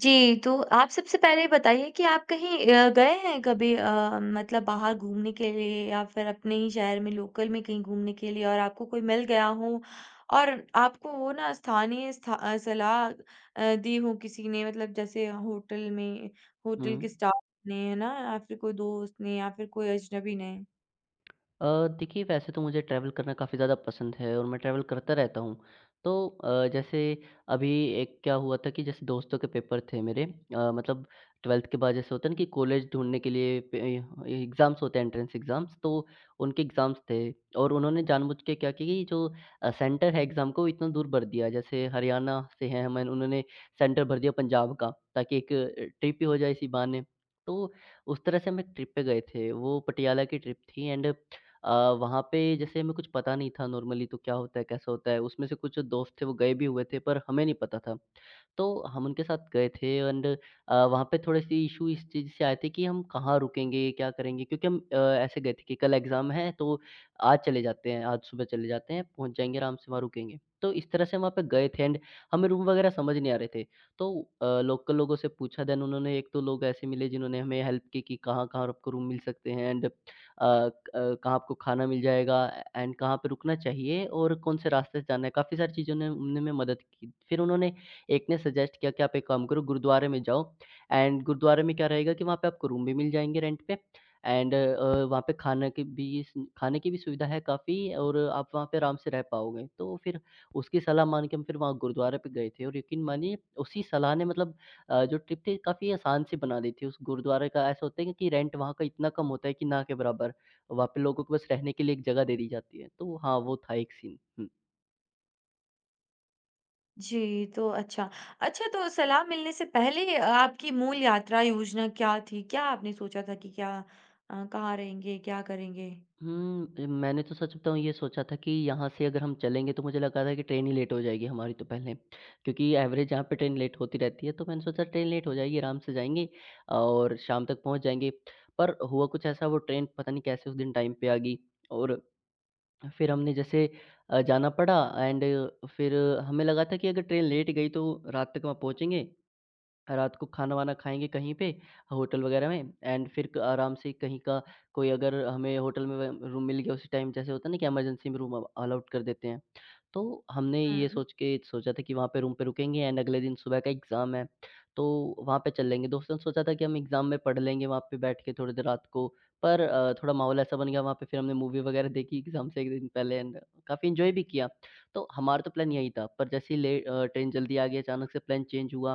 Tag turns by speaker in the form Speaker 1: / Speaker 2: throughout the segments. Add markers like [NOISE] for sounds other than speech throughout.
Speaker 1: जी, तो आप सबसे पहले ये बताइए कि आप कहीं गए हैं कभी मतलब बाहर घूमने के लिए या फिर अपने ही शहर में लोकल में कहीं घूमने के लिए और आपको कोई मिल गया हो और आपको वो ना स्थानीय सलाह दी हो किसी ने मतलब जैसे होटल में
Speaker 2: हुँ।
Speaker 1: होटल के स्टाफ ने, है ना? या फिर कोई दोस्त ने या फिर कोई अजनबी ने?
Speaker 2: देखिए वैसे तो मुझे ट्रैवल करना काफ़ी ज़्यादा पसंद है और मैं ट्रैवल करता रहता हूँ। तो जैसे अभी एक क्या हुआ था कि जैसे दोस्तों के पेपर थे मेरे, मतलब 12th के बाद जैसे होता है ना कि कॉलेज ढूँढने के लिए पे एग्ज़ाम्स होते हैं, एंट्रेंस एग्ज़ाम्स। तो उनके एग्ज़ाम्स थे, और उन्होंने जानबूझ के क्या किया कि जो सेंटर है एग्ज़ाम को इतना दूर भर दिया। जैसे हरियाणा से हैं हम, उन्होंने सेंटर भर दिया पंजाब का, ताकि एक ट्रिप ही हो जाए इसी बहाने। तो उस तरह से हम एक ट्रिप पे गए थे। वो पटियाला की ट्रिप थी। एंड अ, वहाँ पे जैसे हमें कुछ पता नहीं था नॉर्मली तो क्या होता है, कैसा होता है? उसमें से कुछ जो दोस्त थे वो गए भी हुए थे, पर हमें नहीं पता था। तो हम उनके साथ गए थे। एंड वहाँ पे थोड़े-से इश्यू इस चीज़ से आए थे कि हम कहाँ रुकेंगे, क्या करेंगे? क्योंकि हम ऐसे गए थे कि कल एग्ज़ाम है, तो आज चले जाते हैं, आज सुबह चले जाते हैं, पहुँच जाएँगे आराम से, वहाँ रुकेंगे। तो इस तरह से हम वहाँ पे गए थे, एंड हमें रूम वगैरह समझ नहीं आ रहे थे। तो लोकल लोगों से पूछा, देन उन्होंने, एक दो लोग ऐसे मिले जिन्होंने हमें हेल्प की, कि कहाँ-कहाँ आपको रूम मिल सकते हैं, एंड अ, क कहाँ आपको खाना मिल जाएगा, एंड कहाँ पे रुकना चाहिए, और कौन से रास्ते से जाना है। काफ़ी सारी चीज़ों ने, उन्होंने हमें मदद की। फिर उन्होंने एक ने सजेस्ट किया कि आप एक काम करो, गुरुद्वारे में जाओ। एंड गुरुद्वारे में क्या रहेगा कि वहाँ पे आपको रूम भी मिल जाएँगे रेंट पे, एंड वहाँ पे खाना की भी खाने की भी सुविधा है काफ़ी, और आप वहाँ पे आराम से रह पाओगे। तो फिर उसकी सलाह मान के हम फिर वहाँ गुरुद्वारे पे गए थे, और यकीन मानिए उसी सलाह ने, मतलब, जो ट्रिप थी काफ़ी आसान सी बना दी थी। उस गुरुद्वारे का ऐसा होता है कि रेंट वहाँ का इतना कम होता है कि ना के बराबर। वहाँ पे लोगों को बस रहने के लिए एक जगह दे दी जाती है। तो हाँ, वो था एक सीन। हुँ।
Speaker 1: जी, तो अच्छा। अच्छा तो सलाह मिलने से पहले आपकी मूल यात्रा योजना क्या थी? क्या आपने सोचा था कि क्या कहाँ रहेंगे, क्या करेंगे?
Speaker 2: हुँ, मैंने, तो सच बताऊँ, ये सोचा था कि यहाँ से अगर हम चलेंगे, तो मुझे लगा था कि ट्रेन ही लेट हो जाएगी हमारी तो, पहले। क्योंकि एवरेज यहाँ पे ट्रेन लेट होती रहती है, तो मैंने सोचा ट्रेन लेट हो जाएगी, आराम से जाएँगे और शाम तक पहुँच जाएँगे। पर हुआ कुछ ऐसा, वो ट्रेन पता नहीं कैसे उस दिन टाइम पे आ गई, और फिर हमने जैसे जाना पड़ा। एंड फिर हमें लगा था कि अगर ट्रेन लेट गई तो रात तक वहाँ पहुँचेंगे, रात को खाना-वाना खाएँगे कहीं पे, होटल वगैरह में। एंड फिर क आराम से कहीं का कोई, अगर हमें होटल में व रूम मिल गया उसी टाइम, जैसे होता है ना कि इमरजेंसी में रूम अलॉट कर देते हैं। तो हमने ये
Speaker 1: हुँ।
Speaker 2: सोच के सोचा था कि वहाँ पे रूम पे रुकेंगे, एंड अगले दिन सुबह का एग्ज़ाम है, तो वहाँ पे चल लेंगे। दोस्तों ने सोचा था कि हम एग्ज़ाम में पढ़ लेंगे वहाँ पे बैठ के थोड़ी देर रात को, पर थोड़ा माहौल ऐसा बन गया वहाँ पे, फिर हमने मूवी वगैरह देखी एग्ज़ाम से 1 दिन पहले, एंड काफ़ी एन्जॉय भी किया। तो हमारा तो प्लान यही था, पर जैसे ही ट्रेन जल्दी आ गई, अचानक से प्लान चेंज हुआ।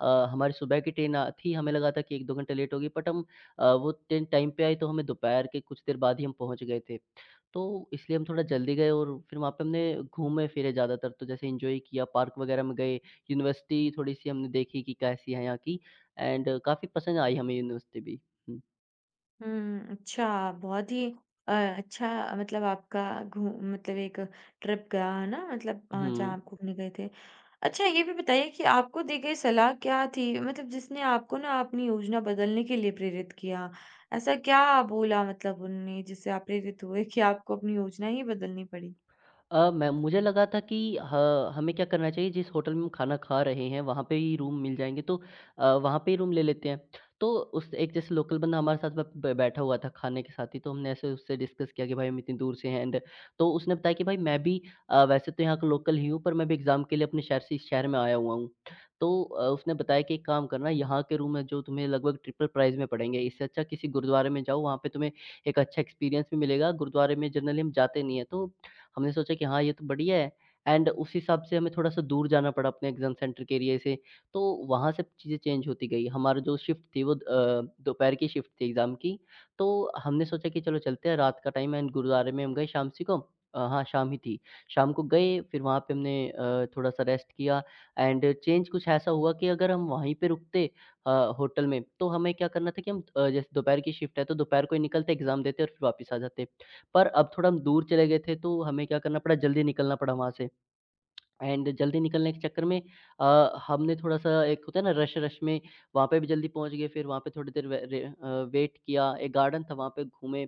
Speaker 2: हमारी सुबह की ट्रेन थी, हमें लगा था कि 1-2 घंटे लेट होगी, बट वो ट्रेन टाइम पे आई, तो हमें दोपहर के कुछ देर बाद ही हम पहुँच गए थे। तो इसलिए हम थोड़ा जल्दी गए, और फिर वहाँ पे हमने घूमे-फिरे ज़्यादातर, तो जैसे एन्जॉय किया, पार्क वगैरह में गए, यूनिवर्सिटी थोड़ी-सी हमने देखी कि कैसी है यहाँ की, एंड काफ़ी पसंद आई हमें यूनिवर्सिटी भी। हुँ,
Speaker 1: हुँ, अच्छा बहुत ही अच्छा मतलब आपका घू मतलब एक ट्रिप गया है ना मतलब जहाँ
Speaker 2: हुँ।
Speaker 1: आप घूमने गए थे। अच्छा ये भी बताइए कि आपको दी गई सलाह क्या थी? मतलब जिसने आपको ना अपनी योजना बदलने के लिए प्रेरित किया? ऐसा क्या बोला मतलब उन्होंने जिससे आप प्रेरित हुए कि आपको अपनी योजना ही बदलनी पड़ी?
Speaker 2: अ, मैं मुझे लगा था कि ह हमें क्या करना चाहिए, जिस होटल में हम खाना खा रहे हैं वहाँ पे ही रूम मिल जाएँगे, तो वहाँ पे ही रूम ले लेते हैं। तो उस एक जैसे लोकल बंदा हमारे साथ ब ब बैठा हुआ था खाने के साथ ही, तो हमने ऐसे उससे डिस्कस किया कि भाई हम इतनी दूर से हैं, एंड तो उसने बताया कि भाई मैं भी, वैसे तो यहाँ का लोकल ही हूँ, पर मैं भी एग्ज़ाम के लिए अपने शहर से इस शहर में आया हुआ हूँ। तो उसने बताया कि एक काम करना, यहाँ के रूम है जो तुम्हें लगभग ट्रिपल प्राइस में पड़ेंगे। इससे अच्छा किसी गुरुद्वारे में जाओ, वहाँ पे तुम्हें एक अच्छा एक्सपीरियंस भी मिलेगा। गुरुद्वारे में जनरली हम जाते नहीं हैं, तो हमने सोचा कि हाँ, ये तो बढ़िया है, एंड उस हिसाब से हमें थोड़ा-सा दूर जाना पड़ा अपने एग्ज़ाम सेंटर के एरिया से, तो वहाँ से चीज़ें चेंज होती गई। हमारा जो शिफ्ट थी वो दोपहर की शिफ्ट थी एग्ज़ाम की, तो हमने सोचा कि चलो चलते हैं, रात का टाइम है, एंड गुरुद्वारे में हम गए शामसी को, हाँ, शाम ही थी। शाम को गए, फिर वहाँ पे हमने थोड़ा-सा रेस्ट किया, एंड चेंज कुछ ऐसा हुआ कि अगर हम वहीं पे रुकते अ, होटल में, तो हमें क्या करना था कि हम, जैसे दोपहर की शिफ्ट है, तो दोपहर को ही निकलते, एग्ज़ाम देते और फिर वापस आ जाते। पर अब थोड़ा हम दूर चले गए थे, तो हमें क्या करना पड़ा, जल्दी निकलना पड़ा वहाँ से। एंड जल्दी निकलने के चक्कर में हमने थोड़ा-सा, एक होता है ना रश, रश में वहाँ पे भी जल्दी पहुँच गए, फिर वहाँ पे थोड़ी देर वेट किया, एक गार्डन था वहाँ पे घूमे,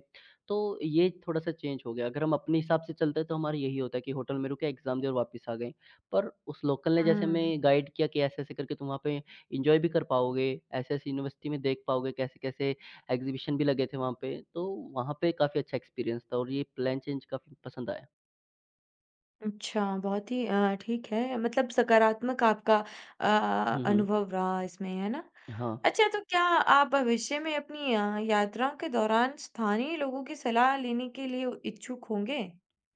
Speaker 2: तो ये थोड़ा-सा चेंज हो गया। अगर हम अपने हिसाब से चलते तो हमारा यही होता है कि होटल में रुके, एग्ज़ाम दिए और वापस आ गए। पर उस लोकल ने जैसे
Speaker 1: हुँ।
Speaker 2: हमें गाइड किया कि ऐसे-ऐसे करके तुम वहाँ पे एन्जॉय भी कर पाओगे, ऐसे-ऐसे यूनिवर्सिटी में देख पाओगे, कैसे-कैसे एग्ज़िबिशन भी लगे थे वहाँ पे, तो वहाँ पे काफ़ी अच्छा एक्सपीरियंस था और ये प्लान चेंज काफ़ी पसंद आया।
Speaker 1: अच्छा, बहुत ही ठीक है मतलब सकारात्मक आपका
Speaker 2: हुँ,
Speaker 1: अ,
Speaker 2: हुँ।
Speaker 1: अनुभव रहा इसमें, है ना?
Speaker 2: हाँ।
Speaker 1: अच्छा तो क्या आप भविष्य में अपनी यात्रा के दौरान स्थानीय लोगों की सलाह लेने के लिए इच्छुक होंगे?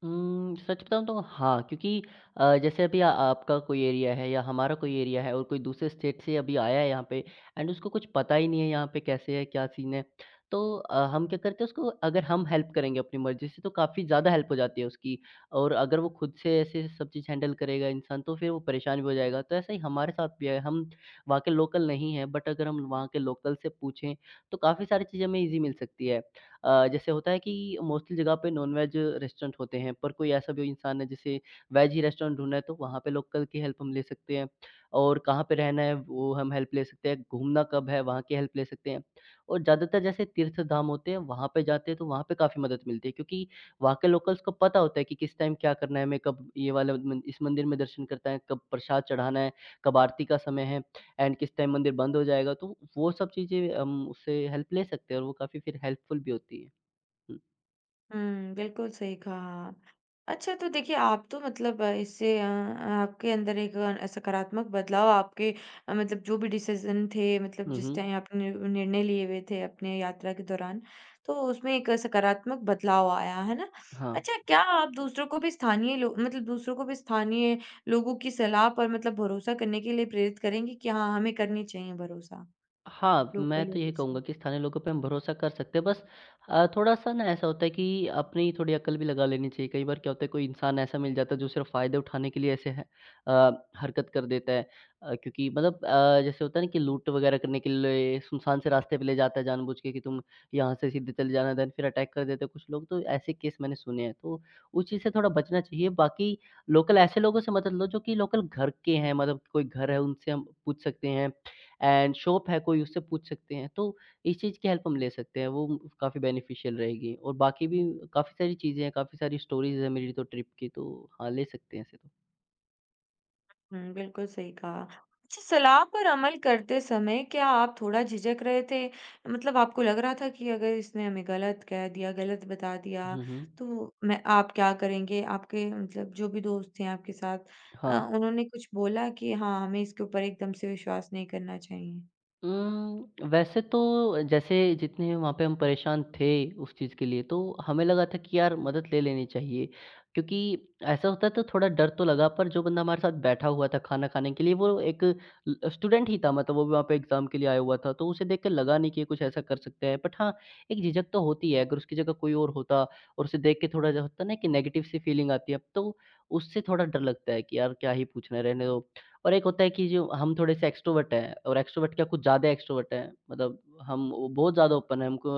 Speaker 2: सच बताऊँ तो हाँ, क्योंकि जैसे अभी आ आपका कोई एरिया है या हमारा कोई एरिया है, और कोई दूसरे स्टेट से अभी आया है यहाँ पे, एंड उसको कुछ पता ही नहीं है यहाँ पे कैसे है, क्या सीन है। तो हम क्या करते हैं, उसको अगर हम हेल्प करेंगे अपनी मर्ज़ी से, तो काफ़ी ज़्यादा हेल्प हो जाती है उसकी, और अगर वो खुद से ऐसे सब चीज़ हैंडल करेगा इंसान तो फिर वो परेशान भी हो जाएगा। तो ऐसा ही हमारे साथ भी है, हम वहाँ के लोकल नहीं हैं, बट अगर हम वहाँ के लोकल से पूछें तो काफ़ी सारी चीज़ें हमें ईज़ी मिल सकती है। जैसे होता है कि मोस्टली जगह पे नॉन-वेज रेस्टोरेंट होते हैं, पर कोई ऐसा भी इंसान है जिसे वेज ही रेस्टोरेंट ढूँढना है, तो वहाँ पे लोकल की हेल्प हम ले सकते हैं, और कहाँ पे रहना है, वो हम हेल्प ले सकते हैं, घूमना कब है, वहाँ की हेल्प ले सकते हैं। और ज़्यादातर जैसे तीर्थ धाम होते हैं, वहाँ पे जाते हैं, तो वहाँ पे काफ़ी मदद मिलती है, क्योंकि वहाँ के लोकल्स को पता होता है कि किस टाइम क्या करना है, हमें कब, ये वाला मन, इस मंदिर में दर्शन करना है, कब प्रसाद चढ़ाना है, कब आरती का समय है। एंड किस टाइम मंदिर बंद हो जाएगा, तो वो सब चीज़ें हम उससे हेल्प ले सकते हैं, और वो काफ़ी फिर हेल्पफुल भी होती है। हुँ।
Speaker 1: हुँ, बिल्कुल सही कहा। अच्छा तो देखिए आप तो मतलब इससे आपके अंदर एक सकारात्मक बदलाव आपके मतलब जो भी डिसीज़न थे मतलब
Speaker 2: हुँ,
Speaker 1: जिस
Speaker 2: हुँ।
Speaker 1: टाइम आपने निर्णय लिए हुए थे अपने यात्रा के दौरान, तो उसमें एक सकारात्मक बदलाव आया, है ना?
Speaker 2: हाँ।
Speaker 1: अच्छा क्या आप दूसरों को भी स्थानीय लो मतलब दूसरों को भी स्थानीय लोगों की सलाह पर मतलब भरोसा करने के लिए प्रेरित करेंगे कि हाँ, हमें करनी चाहिए भरोसा
Speaker 2: हाँ,
Speaker 1: लोकल
Speaker 2: मैं तो यही
Speaker 1: लोगों से?
Speaker 2: कहूँगा कि स्थानीय लोगों पे हम भरोसा कर सकते हैं। बस थोड़ा-सा ना ऐसा होता है कि अपनी थोड़ी अकल भी लगा लेनी चाहिए। कई बार क्या होता है, कोई इंसान ऐसा मिल जाता है जो सिर्फ़ फ़ायदे उठाने के लिए ऐसे है, अ, हरकत कर देता है। क्योंकि मतलब, जैसे होता है ना कि लूट वगैरह करने के लिए सुनसान से रास्ते पे ले जाता है जानबूझ के कि तुम यहाँ से सीधे चले जाना, देन फिर अटैक कर देते हैं कुछ लोग। तो ऐसे केस मैंने सुने हैं। तो उस चीज़ से थोड़ा बचना चाहिए। बाकी लोकल ऐसे लोगों से मदद लो जो कि लोकल घर के हैं, मतलब कोई घर है उनसे हम पूछ सकते हैं। एंड शॉप है कोई, उससे पूछ सकते हैं, तो इस चीज़ की हेल्प हम ले सकते हैं, वो काफ़ी बेनिफिशियल रहेगी, और बाकी भी काफ़ी सारी चीज़ें हैं, काफ़ी सारी स्टोरीज़ है मेरी तो ट्रिप की, तो हाँ, ले सकते हैं ऐसे तो।
Speaker 1: हुँ, बिल्कुल सही कहा। अच्छा सलाह पर अमल करते समय क्या आप थोड़ा झिझक रहे थे? मतलब आपको लग रहा था कि अगर इसने हमें गलत कह दिया, गलत बता दिया,
Speaker 2: हुँ, हुँ।
Speaker 1: तो मैं आप क्या करेंगे? आपके मतलब जो भी दोस्त थे आपके साथ
Speaker 2: हाँ।
Speaker 1: उन्होंने कुछ बोला कि हाँ, हमें इसके ऊपर एकदम से विश्वास नहीं करना चाहिए?
Speaker 2: वैसे तो, जैसे जितने वहाँ पे हम परेशान थे उस चीज़ के लिए, तो हमें लगा था कि यार मदद ले लेनी चाहिए। क्योंकि ऐसा होता है तो थोड़ा डर तो लगा पर जो बंदा हमारे साथ बैठा हुआ था खाना खाने के लिए वो एक ल स्टूडेंट ही था, मतलब वो भी वहाँ पे एग्ज़ाम के लिए आया हुआ था। तो उसे देख के लगा नहीं कि ये कुछ ऐसा कर सकता है। बट हाँ, एक झिझक तो होती है अगर उसकी जगह कोई और होता और उसे देख के थोड़ा जो होता है ना कि नेगेटिव सी फीलिंग आती है। अब तो उससे थोड़ा डर लगता है कि यार क्या ही पूछना है, रहने दो। और एक होता है कि जो हम थोड़े-से एक्स्ट्रोवर्ट हैं, और एक्स्ट्रोवर्ट क्या कुछ ज़्यादा एक्स्ट्रोवर्ट हैं। मतलब हम वो बहुत ज़्यादा ओपन हैं, हमको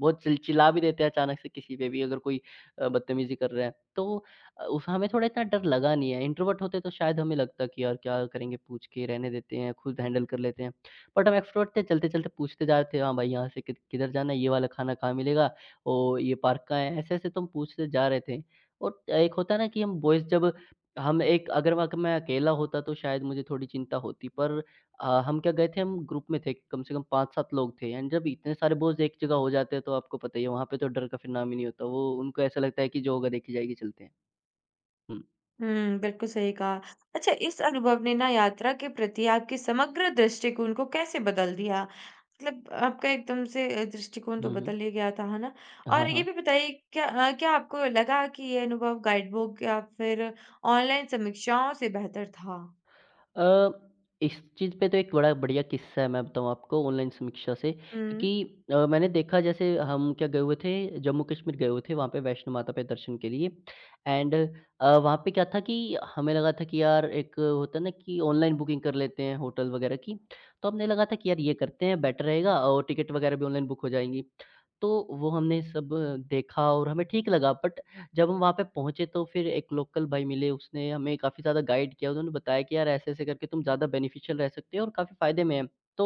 Speaker 2: बहुत चिल चिल्ला भी देते हैं अचानक से किसी पे भी अगर कोई बदतमीज़ी कर रहा है। तो अ, उस हमें थोड़ा इतना डर लगा नहीं है। इंट्रोवर्ट होते तो शायद हमें लगता कि यार क्या करेंगे पूछ के, रहने देते हैं, खुद हैंडल कर लेते हैं। बट हम एक्स्ट्रोवर्ट थे, चलते-चलते पूछते जा रहे थे, हाँ भाई यहाँ से कि किधर जाना है, ये वाला खाना कहाँ मिलेगा, ओ ये पार्क कहाँ है, ऐसे-ऐसे तो हम पूछते जा रहे थे। और एक होता है ना कि हम बॉयज़ जब हम एक अगर वहाँ क मैं अकेला होता तो शायद मुझे थोड़ी चिंता होती, पर हम क्या गए थे, हम ग्रुप में थे, कम से कम 5-7 लोग थे एंड जब इतने सारे बोझ एक जगह हो जाते हैं तो आपको पता ही है, वहाँ पे तो डर का फिर नाम ही नहीं होता। वो उनको ऐसा लगता है कि जो होगा देखी जाएगी, चलते हैं। हुँ।
Speaker 1: हुँ, बिल्कुल सही कहा। अच्छा इस अनुभव ने ना यात्रा के प्रति आपके समग्र दृष्टिकोण को कैसे बदल दिया? मतलब आपका एकदम से दृष्टिकोण तो
Speaker 2: हुँ, हुँ।
Speaker 1: बदल ही गया था, है ना?
Speaker 2: हाँ,
Speaker 1: और ये
Speaker 2: हाँ।
Speaker 1: भी बताइए क्या क्या आपको लगा कि ये अनुभव गाइडबुक या फिर ऑनलाइन समीक्षाओं से बेहतर था?
Speaker 2: अ, इस चीज़ पे तो एक बड़ा बढ़िया किस्सा है, मैं बताऊँ आपको ऑनलाइन समीक्षा से,
Speaker 1: हुँ,
Speaker 2: क्योंकि मैंने देखा, जैसे हम क्या गए हुए थे, जम्मू कश्मीर गए हुए थे वहाँ पे वैष्णो माता पे दर्शन के लिए एंड वहाँ पे क्या था कि हमें लगा था कि यार एक होता है ना कि ऑनलाइन बुकिंग कर लेते हैं होटल वगैरह की, तो हमने लगा था कि यार ये करते हैं बेटर रहेगा और टिकट वगैरह भी ऑनलाइन बुक हो जाएँगी। तो वो हमने सब देखा और हमें ठीक लगा, बट जब हम वहाँ पे पहुँचे तो फिर एक लोकल भाई मिले, उसने हमें काफ़ी ज़्यादा गाइड किया। उन्होंने बताया कि यार ऐसे-ऐसे करके तुम ज़्यादा बेनिफिशियल रह सकते हो और काफ़ी फ़ायदे में है। तो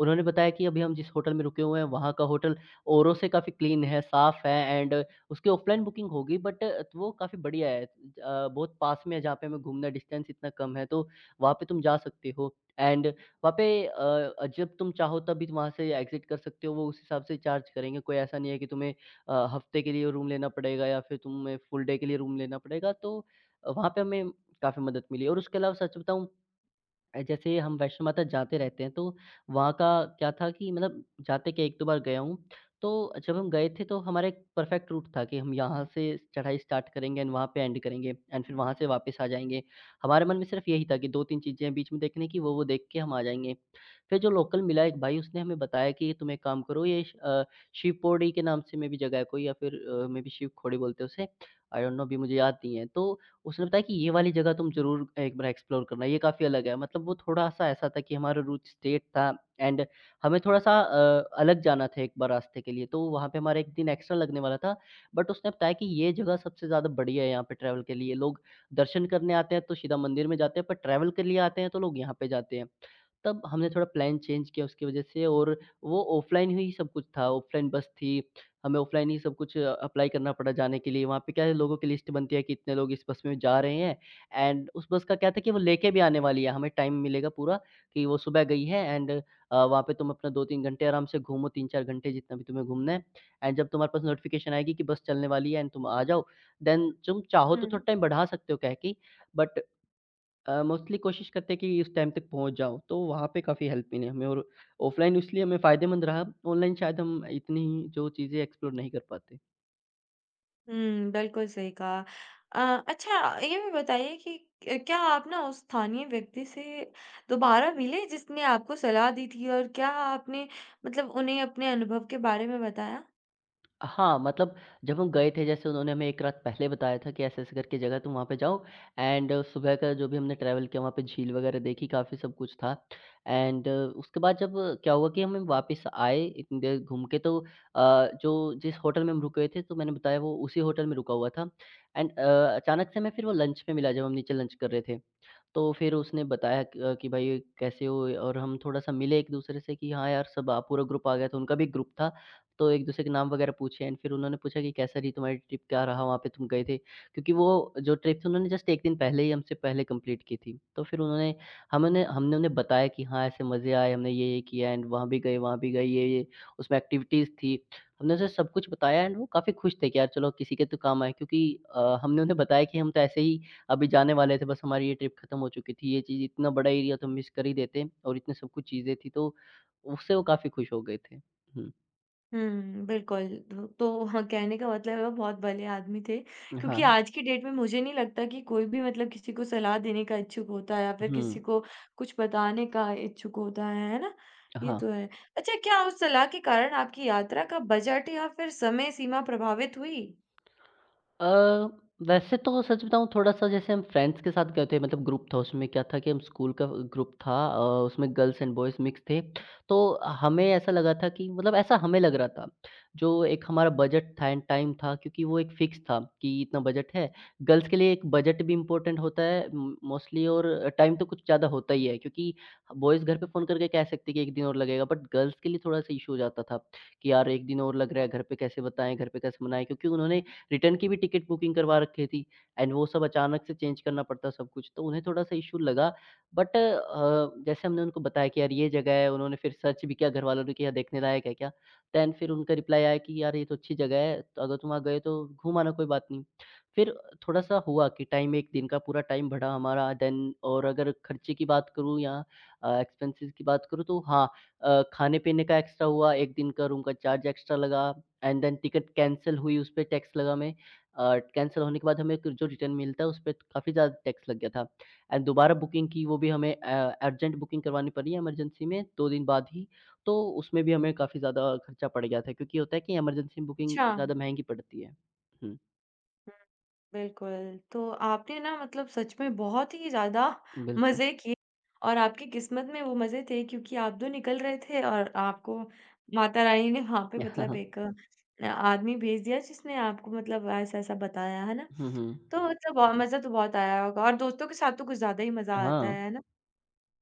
Speaker 2: उन्होंने बताया कि अभी हम जिस होटल में रुके हुए हैं वहाँ का होटल औरों से काफ़ी क्लीन है, साफ़ है एंड उसकी ऑफ़लाइन बुकिंग होगी बट वो काफ़ी बढ़िया है। बहुत पास में है जहाँ पे हमें घूमना, डिस्टेंस इतना कम है, तो वहाँ पे तुम जा सकते हो एंड वहाँ पे जब तुम चाहो तभी तुम वहाँ से एग्ज़िट कर सकते हो, वो उस हिसाब से चार्ज करेंगे। कोई ऐसा नहीं है कि तुम्हें हफ़्ते के लिए रूम लेना पड़ेगा या फिर तुम्हें फुल डे के लिए रूम लेना पड़ेगा, तो वहाँ पे हमें काफ़ी मदद मिली। और उसके अलावा सच बताऊँ, जैसे हम वैष्णो माता जाते रहते हैं, तो वहाँ का क्या था कि मतलब जाते क्या 1-2 बार गया हूँ, तो जब हम गए थे तो हमारा एक परफ़ेक्ट रूट था कि हम यहाँ से चढ़ाई स्टार्ट करेंगे एंड वहाँ पे एंड करेंगे एंड फिर वहाँ से वापस आ जाएँगे। हमारे मन में सिर्फ़ यही था कि 2-3 चीज़ें हैं बीच में देखने की, वो देख के हम आ जाएँगे। फिर जो लोकल मिला एक भाई, उसने हमें बताया कि तुम एक काम करो, ये शिवपोड़ी के नाम से मे बी जगह है कोई, या फिर मे बी शिवखोड़ी बोलते हैं उसे, आई डोंट नो, अभी मुझे याद नहीं है। तो उसने बताया कि ये वाली जगह तुम ज़रूर एक बार एक्सप्लोर करना, ये काफ़ी अलग है। मतलब वो थोड़ा-सा ऐसा था कि हमारा रूट स्टेट था एंड हमें थोड़ा-सा अलग जाना था एक बार रास्ते के लिए, तो वहाँ पे हमारा 1 दिन एक्स्ट्रा लगने वाला था। बट उसने बताया कि ये जगह सबसे ज़्यादा बढ़िया है यहाँ पे ट्रैवल के लिए। लोग दर्शन करने आते हैं तो सीधा मंदिर में जाते हैं, पर ट्रैवल के लिए आते हैं तो लोग यहाँ पे जाते हैं। तब हमने थोड़ा प्लान चेंज किया उसकी वजह से और वो ऑफ़लाइन ही सब कुछ था, ऑफ़लाइन बस थी। हमें ऑफ़लाइन ही सब कुछ अप्लाई करना पड़ा जाने के लिए। वहाँ पे क्या है, लोगों की लिस्ट बनती है कि इतने लोग इस बस में जा रहे हैं एंड उस बस का क्या था कि वो लेके भी आने वाली है। हमें टाइम मिलेगा पूरा कि वो सुबह गई है एंड वहाँ पे तुम अपना 2-3 घंटे आराम से घूमो, 3-4 घंटे जितना भी तुम्हें घूमना है एंड जब तुम्हारे पास नोटिफ़िकेशन आएगी कि बस चलने वाली है एंड तुम आ जाओ, देन तुम चाहो तो
Speaker 1: हुँ।
Speaker 2: थोड़ा टाइम बढ़ा सकते हो कह के, बट मोस्टली कोशिश करते हैं कि उस टाइम तक पहुँच जाओ, तो वहाँ पे काफ़ी हेल्प मिली हमें और ऑफ़लाइन इसलिए हमें फ़ायदेमंद रहा, ऑनलाइन शायद हम इतनी जो चीज़ें एक्सप्लोर नहीं कर पाते।
Speaker 1: हुँ, बिल्कुल सही कहा। अ, अच्छा ये भी बताइए कि क क्या आप ना उस स्थानीय व्यक्ति से दोबारा मिले जिसने आपको सलाह दी थी और क्या आपने मतलब उन्हें अपने अनुभव के बारे में बताया?
Speaker 2: हाँ, मतलब जब हम गए थे, जैसे उन्होंने हमें 1 रात पहले बताया था कि ऐसे-ऐसे करके जगह है, तुम वहाँ पे जाओ एंड सुबह का जो भी हमने ट्रैवल किया, वहाँ पे झील वगैरह देखी, काफ़ी सब कुछ था एंड उसके बाद जब क्या हुआ कि हम वापस आए इतनी देर घूम के, तो जो जिस होटल में हम रुके हुए थे, तो मैंने बताया वो उसी होटल में रुका हुआ था एंड अचानक से हमें फिर वो लंच पे मिला जब हम नीचे लंच कर रहे थे। तो फिर उसने बताया कि भाई कैसे हो? और हम थोड़ा-सा मिले एक-दूसरे से कि हाँ यार, सब आ पूरा ग्रुप आ गया था, उनका भी ग्रुप था। तो एक-दूसरे के नाम वगैरह पूछे एंड फिर उन्होंने पूछा कि कैसा रही तुम्हारी ट्रिप? क्या रहा, वहाँ पे तुम गए थे? क्योंकि वो जो ट्रिप थी उन्होंने जस्ट 1 दिन पहले ही हमसे पहले कंप्लीट की थी। तो फिर उन्होंने हमने हमने उन्हें बताया कि हाँ ऐसे मज़े आए, हमने ये-ये किया एंड वहाँ भी गए, ये-ये उसमें एक्टिविटीज़ थी। हमने उसे सब कुछ बताया एंड वो काफ़ी खुश थे कि यार चलो किसी के तो काम आए, क्योंकि हमने उन्हें बताया कि हम तो ऐसे ही अभी जाने वाले थे, बस हमारी ये ट्रिप खत्म हो चुकी थी। ये चीज़ इतना बड़ा एरिया तो मिस कर ही देते और इतने सब कुछ चीज़ें थी, तो उससे वो काफ़ी खुश हो गए थे। हुँ,
Speaker 1: हुँ, बिल्कुल। धो तो हाँ, कहने का मतलब है वो बहुत भले आदमी थे क्योंकि
Speaker 2: हाँ।
Speaker 1: आज की डेट में मुझे नहीं लगता कि कोई भी मतलब किसी को सलाह देने का इच्छुक होता है या फिर
Speaker 2: हुँ,
Speaker 1: किसी को कुछ बताने का इच्छुक होता है ना? ये
Speaker 2: हाँ।
Speaker 1: तो है। अच्छा क्या उस सलाह के कारण आपकी यात्रा का बजट या फिर समय सीमा प्रभावित हुई?
Speaker 2: अ, वैसे तो सच बताऊँ, थोड़ा-सा जैसे हम फ्रेंड्स के साथ गए थे मतलब ग्रुप था, उसमें क्या था कि हम स्कूल का ग्रुप था, उसमें गर्ल्स एंड बॉयज़ मिक्स थे। तो हमें ऐसा लगा था कि मतलब ऐसा हमें लग रहा था, जो एक हमारा बजट था एंड टाइम था क्योंकि वो एक फिक्स था कि इतना बजट है। गर्ल्स के लिए एक बजट भी इम्पोर्टेंट होता है म मोस्टली, और टाइम तो कुछ ज़्यादा होता ही है क्योंकि बॉयज़ घर पे फ़ोन करके कह सकते हैं कि 1 दिन और लगेगा, बट गर्ल्स के लिए थोड़ा-सा इश्यू हो जाता था कि यार 1 दिन और लग रहा है, घर पे कैसे बताएँ, घर पे कैसे मनाएँ, क्योंकि उन्होंने रिटर्न की भी टिकट बुकिंग करवा रखी थी एंड वो सब अचानक से चेंज करना पड़ता सब कुछ, तो उन्हें थोड़ा-सा इश्यू लगा, बट जैसे हमने उनको बताया कि यार ये जगह है, उन्होंने फिर सर्च भी किया घरवालों ने कि "यहाँ देखने लायक है क्या?" देन फिर उनका रिप्लाई आया कि "यार ये तो अच्छी जगह है, तो अगर तुम वहाँ गए तो घूम आना, कोई बात नहीं।" फिर थोड़ा-सा हुआ कि टाइम 1 दिन का पूरा टाइम बढ़ा हमारा, देन और अगर खर्चे की बात करूँ या एक्सपेंसेस की बात करूँ तो हाँ, खाने-पीने का एक्स्ट्रा हुआ, 1 दिन का रूम का चार्ज एक्स्ट्रा लगा एंड देन टिकट कैंसल हुई, उसपे टैक्स लगा हमें। कैंसल होने के बाद हमें क जो रिटर्न मिलता है, उसपे काफ़ी ज़्यादा टैक्स लग गया था। एंड दोबारा बुकिंग की, वो भी हमें अर्जेंट बुकिंग करवानी पड़ी, इमरजेंसी में 2 दिन बाद ही। तो उसमें भी हमें काफ़ी ज़्यादा खर्चा पड़ गया था क्योंकि होता है कि इमरजेंसी में बुकिंग
Speaker 1: अच्छा।
Speaker 2: ज़्यादा महँगी पड़ती है। हुँ,
Speaker 1: हुँ, बिल्कुल, तो आपने ना मतलब सच में बहुत ही ज़्यादा
Speaker 2: बिल्कुल।
Speaker 1: मज़े किए और आपकी किस्मत में वो मज़े थे क्योंकि आप तो निकल रहे थे और आपको माता रानी ने वहाँ पे
Speaker 2: [LAUGHS] हाँ,
Speaker 1: मतलब
Speaker 2: हाँ।
Speaker 1: एक आदमी भेज दिया जिसने आपको मतलब ऐसा-ऐसा बताया, है ना?
Speaker 2: हुँ, हुँ।
Speaker 1: तो मतलब मज़ा तो बहुत आया होगा और दोस्तों के साथ तो कुछ ज़्यादा ही मज़ा आता
Speaker 2: हाँ।
Speaker 1: है ना?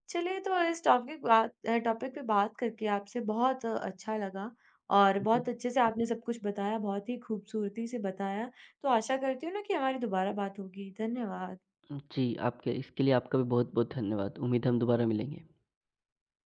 Speaker 1: चलिए तो इस टॉपिक पे बात करके आपसे बहुत अच्छा लगा और
Speaker 2: हुँ, हुँ।
Speaker 1: बहुत अच्छे से आपने सब कुछ बताया, बहुत ही खूबसूरती से बताया। तो आशा करती हूँ ना कि हमारी दोबारा बात होगी। धन्यवाद।
Speaker 2: जी, आपके इसके लिए आपका भी बहुत-बहुत धन्यवाद। उम्मीद है हम दोबारा मिलेंगे।